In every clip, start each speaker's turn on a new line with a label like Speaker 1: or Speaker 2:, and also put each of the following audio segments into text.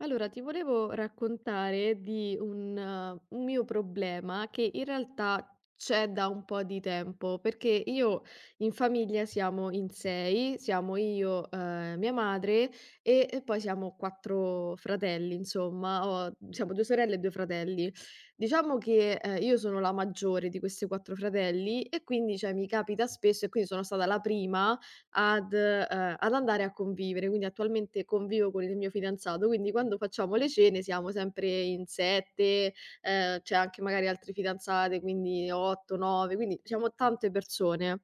Speaker 1: Allora, ti volevo raccontare di un mio problema che in realtà c'è da un po' di tempo, perché io in famiglia siamo in sei, siamo io, mia madre e poi siamo quattro fratelli, insomma, siamo due sorelle e due fratelli. Diciamo che io sono la maggiore di questi quattro fratelli e quindi cioè, mi capita spesso e quindi sono stata la prima ad andare a convivere. Quindi attualmente convivo con il mio fidanzato, quindi quando facciamo le cene siamo sempre in 7, c'è anche magari altre fidanzate, quindi 8, 9, quindi siamo tante persone.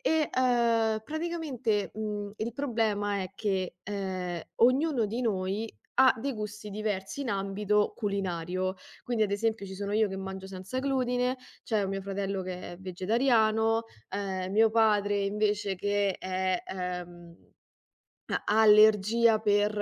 Speaker 1: Praticamente, il problema è che ognuno di noi ha dei gusti diversi in ambito culinario. Quindi, ad esempio, ci sono io che mangio senza glutine, c'è mio fratello che è vegetariano, mio padre invece che è, ha ha allergia per,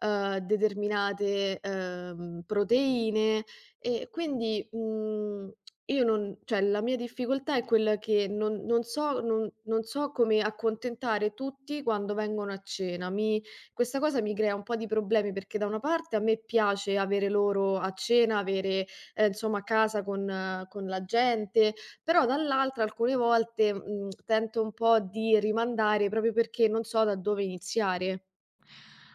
Speaker 1: determinate, proteine e quindi, io non cioè la mia difficoltà è quella che non so non so come accontentare tutti quando vengono a cena. Mi Questa cosa mi crea un po' di problemi perché da una parte a me piace avere loro a cena, avere, insomma a casa con la gente, però dall'altra alcune volte, tento un po' di rimandare proprio perché non so da dove iniziare.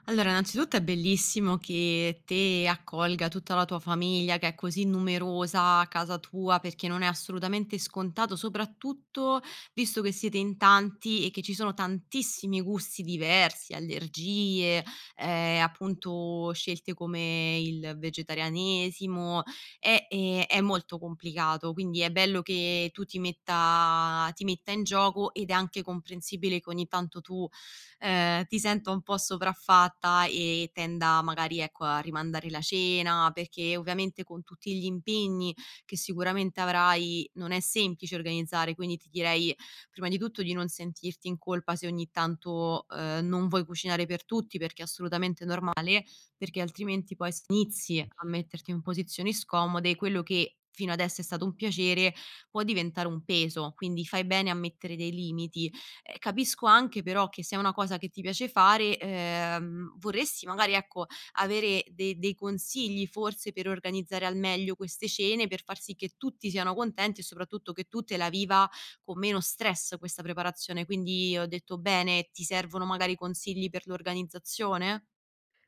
Speaker 2: Allora, innanzitutto è bellissimo che te accolga tutta la tua famiglia che è così numerosa a casa tua, perché non è assolutamente scontato, soprattutto visto che siete in tanti e che ci sono tantissimi gusti diversi, allergie, appunto scelte come il vegetarianesimo, è molto complicato. Quindi è bello che tu ti metta in gioco ed è anche comprensibile che ogni tanto tu ti senta un po' sopraffatta e tenda magari, ecco, a rimandare la cena, perché ovviamente con tutti gli impegni che sicuramente avrai non è semplice organizzare, quindi ti direi prima di tutto di non sentirti in colpa se ogni tanto, non vuoi cucinare per tutti, perché è assolutamente norma perché altrimenti poi se inizi a metterti in posizioni scomode, quello che fino adesso è stato un piacere può diventare un peso, quindi fai bene a mettere dei limiti. Capisco anche però che se è una cosa che ti piace fare, vorresti magari, ecco, avere de dei consigli forse per organizzare al meglio queste cene, per far sì che tutti siano contenti e soprattutto che tu te la viva con meno stress questa preparazione. Quindi ho detto bene? Ti servono magari consigli per l'organizzazione?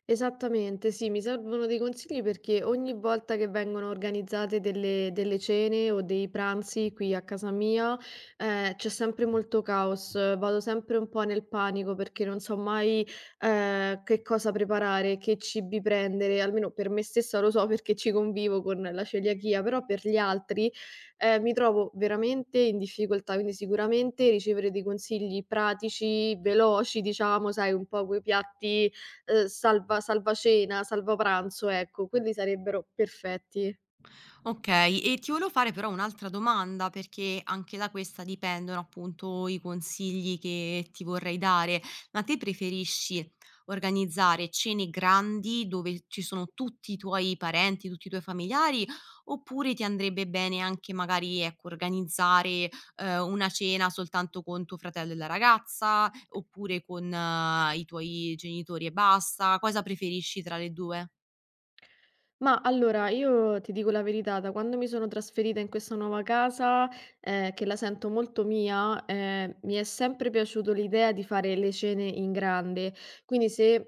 Speaker 1: Esattamente, sì, mi servono dei consigli perché ogni volta che vengono organizzate delle cene o dei pranzi qui a casa mia, c'è sempre molto caos, vado sempre un po' nel panico perché non so mai, che cosa preparare, che cibi prendere, almeno per me stessa lo so perché ci convivo con la celiachia, però per gli altri, mi trovo veramente in difficoltà, quindi sicuramente ricevere dei consigli pratici, veloci, diciamo, sai, un po' quei piatti salvacena, salvapranzo, ecco, quelli sarebbero perfetti.
Speaker 2: Okay, e ti volevo fare però un'altra domanda, perché anche da questa dipendono appunto i consigli che ti vorrei dare. Ma te preferisci organizzare cene grandi dove ci sono tutti i tuoi parenti, tutti i tuoi familiari, oppure ti andrebbe bene anche magari, ecco, organizzare, una cena soltanto con tuo fratello e la ragazza, oppure con i tuoi genitori e basta? Cosa preferisci tra le 2?
Speaker 1: Ma allora, io ti dico la verità, da quando mi sono trasferita in questa nuova casa, che la sento molto mia, mi è sempre piaciuto l'idea di fare le cene in grande. Quindi se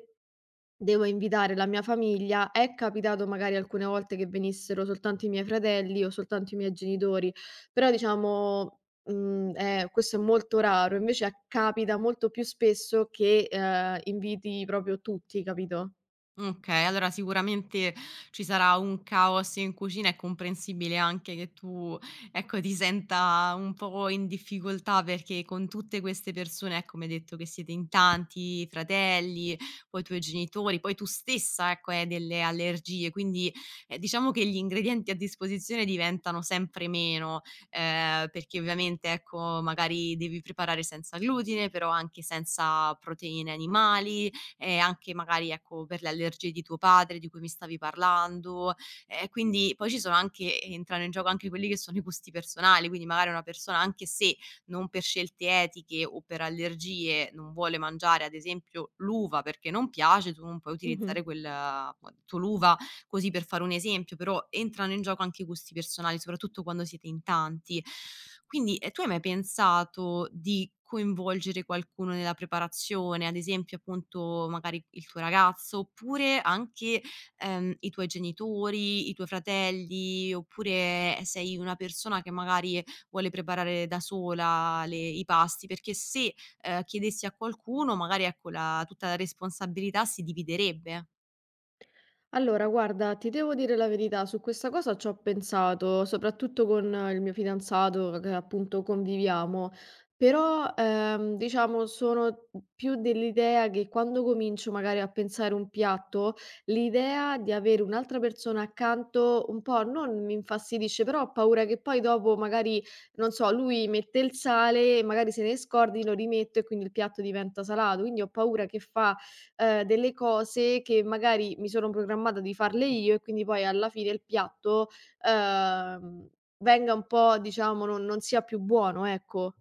Speaker 1: Devo invitare la mia famiglia. È capitato magari alcune volte che venissero soltanto i miei fratelli o soltanto i miei genitori, però diciamo, questo è molto raro. Invece a capita molto più spesso che inviti proprio tutti, capito?
Speaker 2: Okay, allora sicuramente ci sarà un caos in cucina, è comprensibile anche che tu, ecco, ti senta un po' in difficoltà perché con tutte queste persone, ecco, mi hai detto che siete in tanti, fratelli, poi i tuoi genitori, poi tu stessa, ecco, hai delle allergie, quindi, diciamo che gli ingredienti a disposizione diventano sempre meno, perché ovviamente, ecco, magari devi preparare senza glutine, però anche senza proteine animali, anche magari ecco per le allergie di tuo padre di cui mi stavi parlando, quindi poi ci sono anche entrano in gioco anche quelli che sono i gusti personali, quindi magari una persona anche se non per scelte etiche o per allergie non vuole mangiare ad esempio l'uva perché non piace, tu non puoi
Speaker 1: Mh-mh.
Speaker 2: utilizzare quel appunto l'uva così per fare un esempio, però entrano in gioco anche i gusti personali, soprattutto quando siete in tanti. Quindi, tu hai mai pensato di coinvolgere qualcuno nella preparazione, ad esempio appunto magari il tuo ragazzo, oppure anche, i tuoi genitori, i tuoi fratelli, oppure sei una persona che magari vuole preparare da sola le i pasti? Perché se, chiedessi a qualcuno magari, ecco, la tutta la responsabilità si dividerebbe.
Speaker 1: Allora, guarda, ti devo dire la verità, su questa cosa ci ho pensato, soprattutto con il mio fidanzato che appunto conviviamo, però diciamo sono più dell'idea che quando comincio magari a pensare un piatto, l'idea di avere un'altra persona accanto un po' non mi infastidisce, però ho paura che poi dopo magari, non so, lui mette il sale, magari se ne scordi lo rimette e quindi il piatto diventa salato, quindi ho paura che fa delle cose che magari mi sono programmata di farle io e quindi poi alla fine il piatto, ehm, venga un po' diciamo non sia più buono, ecco.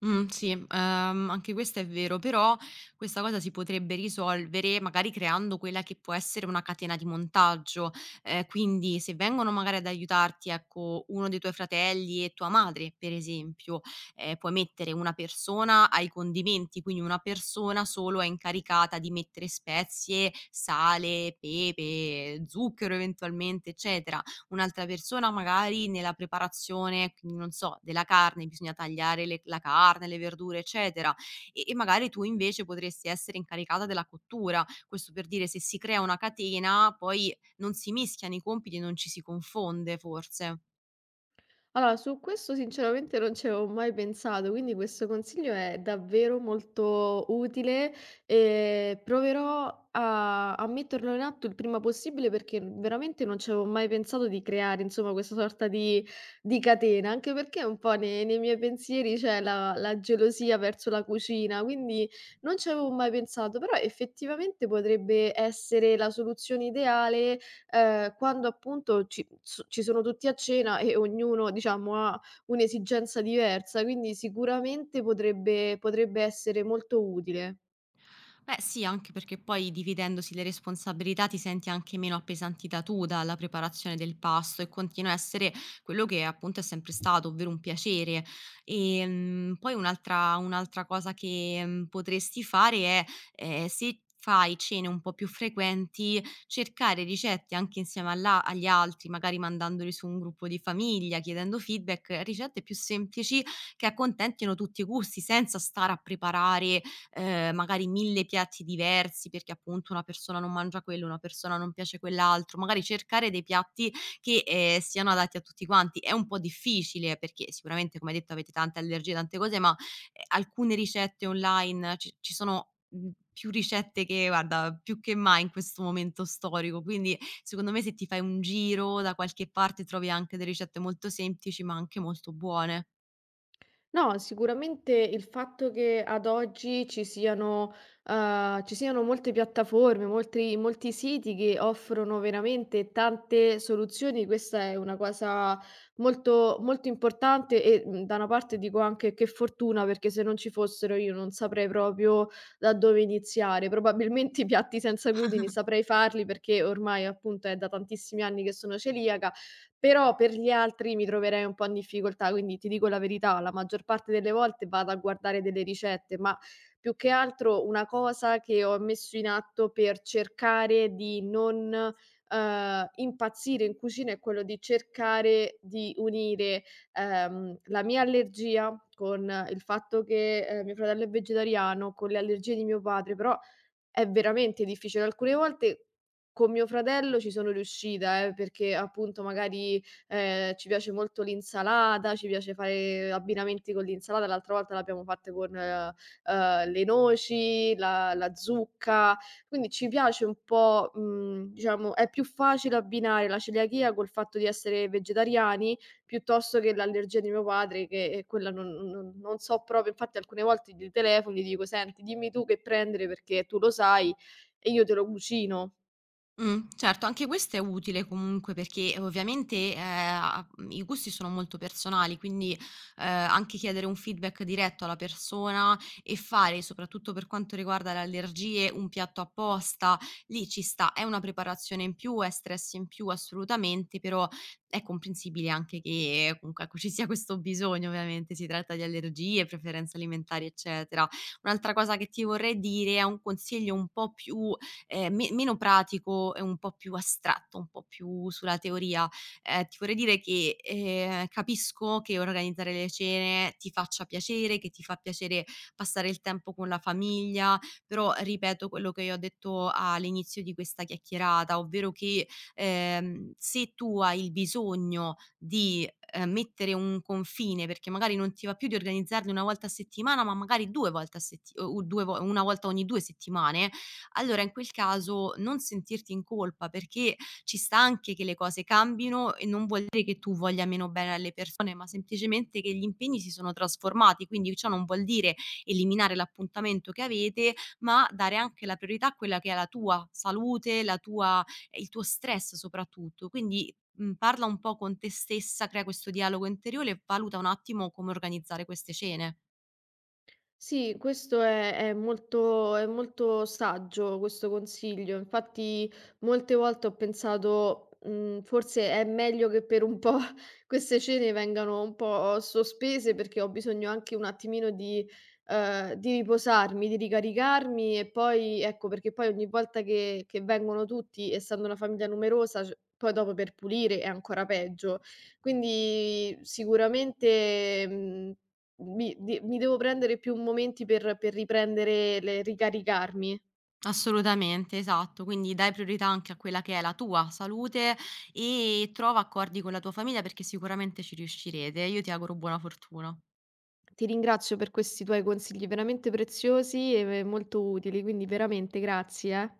Speaker 2: Sì, anche questo è vero, però questa cosa si potrebbe risolvere magari creando quella che può essere una catena di montaggio. Quindi se vengono magari ad aiutarti, ecco, uno dei tuoi fratelli e tua madre, per esempio, puoi mettere una persona ai condimenti, quindi una persona solo è incaricata di mettere spezie, sale, pepe, zucchero eventualmente, eccetera un'altra persona magari nella preparazione, quindi non so, della carne, bisogna tagliare le la carne, le verdure, eccetera, e magari tu invece potresti essere incaricata della cottura. Questo per dire, se si crea una catena poi non si mischiano i compiti e non ci si confonde forse.
Speaker 1: Allora, su questo sinceramente non ci avevo mai pensato, quindi questo consiglio è davvero molto utile e proverò a metterlo in atto il prima possibile perché veramente non ci avevo mai pensato di creare, insomma, questa sorta di catena, anche perché un po' nei miei pensieri c'è la gelosia verso la cucina, quindi non ci avevo mai pensato, però effettivamente potrebbe essere la soluzione ideale quando appunto ci sono tutti a cena e ognuno diciamo ha un'esigenza diversa, quindi sicuramente potrebbe essere molto utile.
Speaker 2: Beh, sì, anche perché poi dividendosi le responsabilità ti senti anche meno appesantita tu dalla preparazione del pasto e continua a essere quello che appunto è sempre stato, ovvero un piacere. E poi un'altra cosa che potresti fare è se fai cene un po' più frequenti, cercare ricette anche insieme agli altri, magari mandandoli su un gruppo di famiglia, chiedendo feedback, ricette più semplici che accontentino tutti i gusti senza stare a preparare magari 1000 piatti diversi perché appunto una persona non mangia quello, una persona non piace quell'altro, magari cercare dei piatti che, siano adatti a tutti quanti. È un po' difficile perché sicuramente, come hai detto, avete tante allergie, tante cose, ma, alcune ricette online ci sono, mhmm, più ricette che guarda, più che mai in questo momento storico, quindi secondo me se ti fai un giro da qualche parte trovi anche delle ricette molto semplici, ma anche molto buone.
Speaker 1: No, sicuramente il fatto che ad oggi ci siano molte piattaforme, molti siti che offrono veramente tante soluzioni, questa è una cosa molto molto importante e, da una parte dico anche che fortuna, perché se non ci fossero io non saprei proprio da dove iniziare. Probabilmente i piatti senza glutine saprei farli perché ormai appunto è da tantissimi anni che sono celiaca, però per gli altri mi troverei un po' in difficoltà, quindi ti dico la verità, la maggior parte delle volte vado a guardare delle ricette, ma più che altro una cosa che ho messo in atto per cercare di non, impazzire in cucina è quello di cercare di unire, la mia allergia con il fatto che, mio fratello è vegetariano, con le allergie di mio padre, però è veramente difficile. Alcune volte con mio fratello ci sono riuscita, perché appunto magari, ci piace molto l'insalata, ci piace fare abbinamenti con l'insalata. L'altra volta l'abbiamo fatte con, le noci, la zucca, quindi ci piace un po', diciamo è più facile abbinare la celiachia col fatto di essere vegetariani, piuttosto che l'allergia di mio padre che e quella non so proprio, infatti alcune volte gli telefono, gli dico: "Senti, dimmi tu che prendere perché tu lo sai e io te lo cucino".
Speaker 2: Certo, anche questo è utile comunque perché ovviamente, a mhmm, i gusti sono molto personali, quindi, anche chiedere un feedback diretto alla persona e fare, soprattutto per quanto riguarda le allergie, un piatto apposta, lì ci sta. È una preparazione in più, è stress in più assolutamente, però è comprensibile anche che comunque, ecco, ci sia questo bisogno ovviamente, si tratta di allergie, preferenze alimentari, eccetera. Un'altra cosa che ti vorrei dire è un consiglio un po' più me meno pratico e un po' più astratto, un po' più sulla teoria. Ti vorrei dire che, capisco che organizzare le cene ti faccia piacere, che ti fa piacere passare il tempo con la famiglia, però ripeto quello che io ho detto all'inizio di questa chiacchierata, ovvero che, se tu hai il bisogno di, mettere un confine, perché magari non ti va più di organizzarli 1 volta a settimana, ma magari 2 volte a setti o u 2 vo 1 volta ogni 2 settimane, allora in quel caso non sentirti in colpa, perché ci sta anche che le cose cambino e non vuol dire che tu voglia meno bene alle persone, ma semplicemente che gli impegni si sono trasformati, quindi ciò non vuol dire eliminare l'appuntamento che avete, ma dare anche la priorità a quella che è la tua salute, la tua il tuo stress soprattutto. Quindi, mhmm, parla un po' con te stessa, crea questo dialogo interiore e valuta un attimo come organizzare queste cene.
Speaker 1: Sì, questo è molto saggio questo consiglio. Infatti molte volte ho pensato, forse è meglio che per un po' queste cene vengano un po' sospese, perché ho bisogno anche un attimino di riposarmi, di ricaricarmi e poi ecco, perché poi ogni volta che vengono tutti, essendo una famiglia numerosa, c poi dopo per pulire è ancora peggio. Quindi sicuramente, mhmm mi de mi devo prendere più momenti per riprendere le ricaricarmi.
Speaker 2: Assolutamente, esatto. Quindi dai priorità anche a quella che è la tua salute e trova accordi con la tua famiglia perché sicuramente ci riuscirete. Io ti auguro buona fortuna.
Speaker 1: Ti ringrazio per questi tuoi consigli veramente preziosi e ve molto utili, quindi veramente grazie, eh.